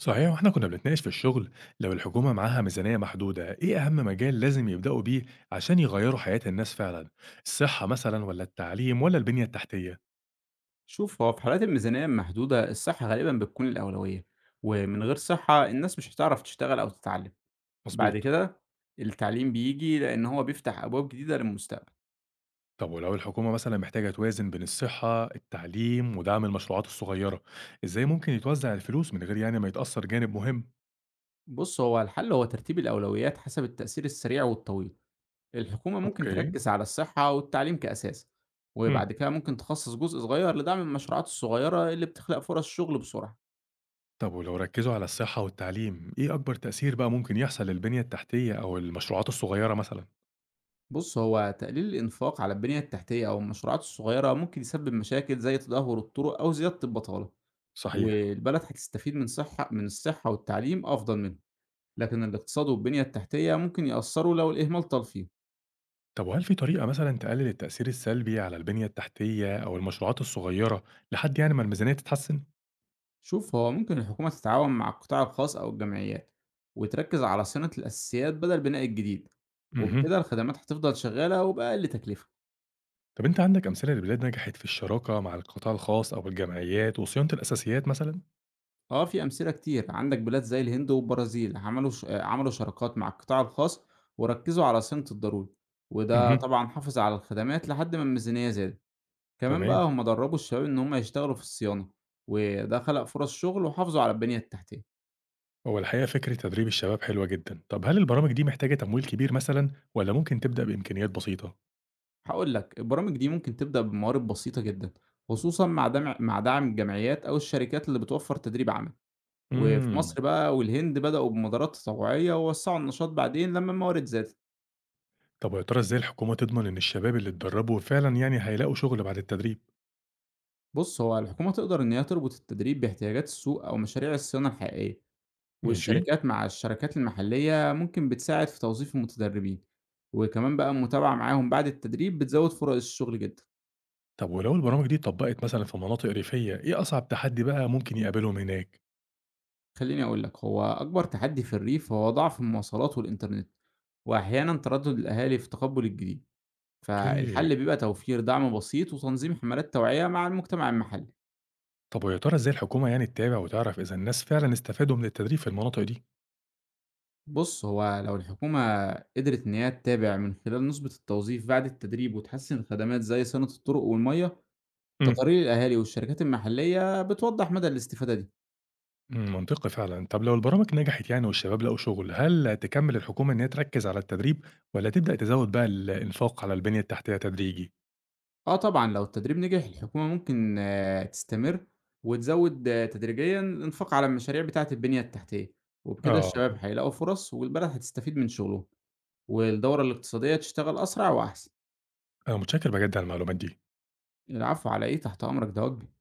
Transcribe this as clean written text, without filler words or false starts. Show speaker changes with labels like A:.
A: صحيح، واحنا كنا بنتناقش في الشغل. لو الحكومة معاها ميزانية محدودة، ايه اهم مجال لازم يبدأوا بيه عشان يغيروا حياة الناس فعلا؟ الصحة مثلا ولا التعليم ولا البنية التحتية؟
B: شوف هو في حالات الميزانية المحدودة الصحة غالبا بتكون الأولوية، ومن غير صحة الناس مش هتعرف تشتغل أو تتعلم. بعد
A: مظبوط.
B: كده التعليم بيجي لأن هو بيفتح أبواب جديدة للمستقبل.
A: طب، ولو الحكومة مثلا محتاجة توازن بين الصحة التعليم ودعم المشروعات الصغيرة، ازاي ممكن يتوزع الفلوس من غير يعني ما يتأثر جانب مهم؟
B: بص هو الحل هو ترتيب الأولويات حسب التأثير السريع والطويل. الحكومة ممكن
A: اوكي.
B: تركز على الصحة والتعليم كأساس،
A: امم
B: وبعد كده ممكن تخصص جزء صغير لدعم المشروعات الصغيرة اللي بتخلق فرص شغل بسرعة.
A: طب ولو ركزوا على الصحة والتعليم، ايه اكبر تأثير بقى ممكن يحصل للبنية التحتية او المشروعات الصغيرة مثلا؟
B: بص هو تقليل الإنفاق على البنية التحتية أو المشروعات الصغيرة ممكن يسبب مشاكل زي تدهور الطرق أو زيادة البطالة.
A: صحيح.
B: والبلد هتستفيد من صحة من الصحة والتعليم أفضل منهم، لكن الاقتصاد والبنية التحتية ممكن يأثروا لو الإهمال طال فيهم.
A: طب، وهل في طريقة مثلًا تقلل التأثير السلبي على البنية التحتية أو المشروعات الصغيرة لحد يعني ما الميزانية تتحسن؟
B: شوف هو ممكن الحكومة تتعاون مع القطاع الخاص أو الجمعيات، وتركز على صيانة الأساسيات بدل بناء الجديد.
A: اهم.
B: وبكده الخدمات هتفضل شغالة وبأقل تكلفة.
A: طب، أنت عندك أمثلة لبلاد نجحت في الشراكة مع القطاع الخاص أو الجمعيات وصيانة الأساسيات مثلًا؟
B: اه، في أمثلة كتير. عندك بلاد زي الهند والبرازيل عملوا ش... آه، عملوا شراكات مع القطاع الخاص وركزوا على صيانة الضروري، وده
A: اهم.
B: طبعا حافظ على الخدمات لحد ما الميزانية زادت. كمان بقى
A: تمام.
B: هم دربوا الشباب إن هم يشتغلوا في الصيانة، وده خلق فرص شغل وحافظوا على البنية التحتية.
A: هو الحقيقة فكرة تدريب الشباب حلوة جدًا. طب، هل البرامج دي محتاجة تمويل كبير مثلًا والّا ممكن تبدأ بإمكانيات بسيطة؟
B: هقول لك البرامج دي ممكن تبدأ بموارد بسيطة جدا، خصوصا مع دعم الجمعيات أو الشركات اللي بتوفر تدريب عمل. وفي
A: إمم.
B: مصر بقى والهند بدأوا بمبادرات تطوعية ووسعوا النشاط بعدين لما الموارد زادت.
A: طب، ويا ترى إزاي الحكومة تضمن إن الشباب اللي اتدربوا فعلًا يعني هيلاقوا شغل بعد التدريب؟
B: بص هو الحكومة تقدر إن هي تربط التدريب باحتياجات السوق أو مشاريع الصيانة الحقيقية،
A: ماشي.
B: مع الشركات المحلية ممكن بتساعد في توظيف المتدربين، وكمان بقى المتابعة معاهم بعد التدريب بتزود فرص الشغل جدًا.
A: طب، ولو البرامج دي اتطبقت مثلًا في مناطق ريفية، إيه أصعب تحدي بقى ممكن يقابلهم هناك؟
B: خلّيني أقول لك، هو أكبر تحدي في الريف هو ضعف المواصلات والإنترنت، وأحيانًا تردد الأهالي في تقبُّل الجديد،
A: أوكي.
B: فالحل بيبقى توفير دعم بسيط وتنظيم حملات توعية مع المجتمع المحلي.
A: طب، ويا ترى إزاي الحكومة يعني تتابع وتعرف إذا الناس فعلًا استفادوا من التدريب في المناطق دي؟
B: بُص، هو لو الحكومة قدرت إن هي تتابع من خلال نسبة التوظيف بعد التدريب وتحسّن الخدمات زي صيانة الطرق والمَيّة،
A: إمم.
B: تقارير الأهالي والشركات المحلية بتوضح مدى الاستفادة دي.
A: إمم، منطقي فعلًا. طب، لو البرامج نجحت يعني والشباب لقوا شغل، هل تكمل الحكومة إن هي تركز على التدريب والّا تبدأ تزود بقى الإنفاق على البنية التحتية تدريجي؟
B: آه طبعا لو التدريب نجح الحكومة ممكن تستمر وتزود تدريجيا الإنفاق على المشاريع بتاعة البنية التحتية، وبكده
A: آه.
B: الشباب هيلاقوا فرص والبلد هتستفيد من شغلهم والدورة الاقتصادية تشتغل أسرع وأحسن.
A: أنا متشكر بجد على المعلومات دي.
B: العفو، على إيه، تحت أمرك ده واجبي.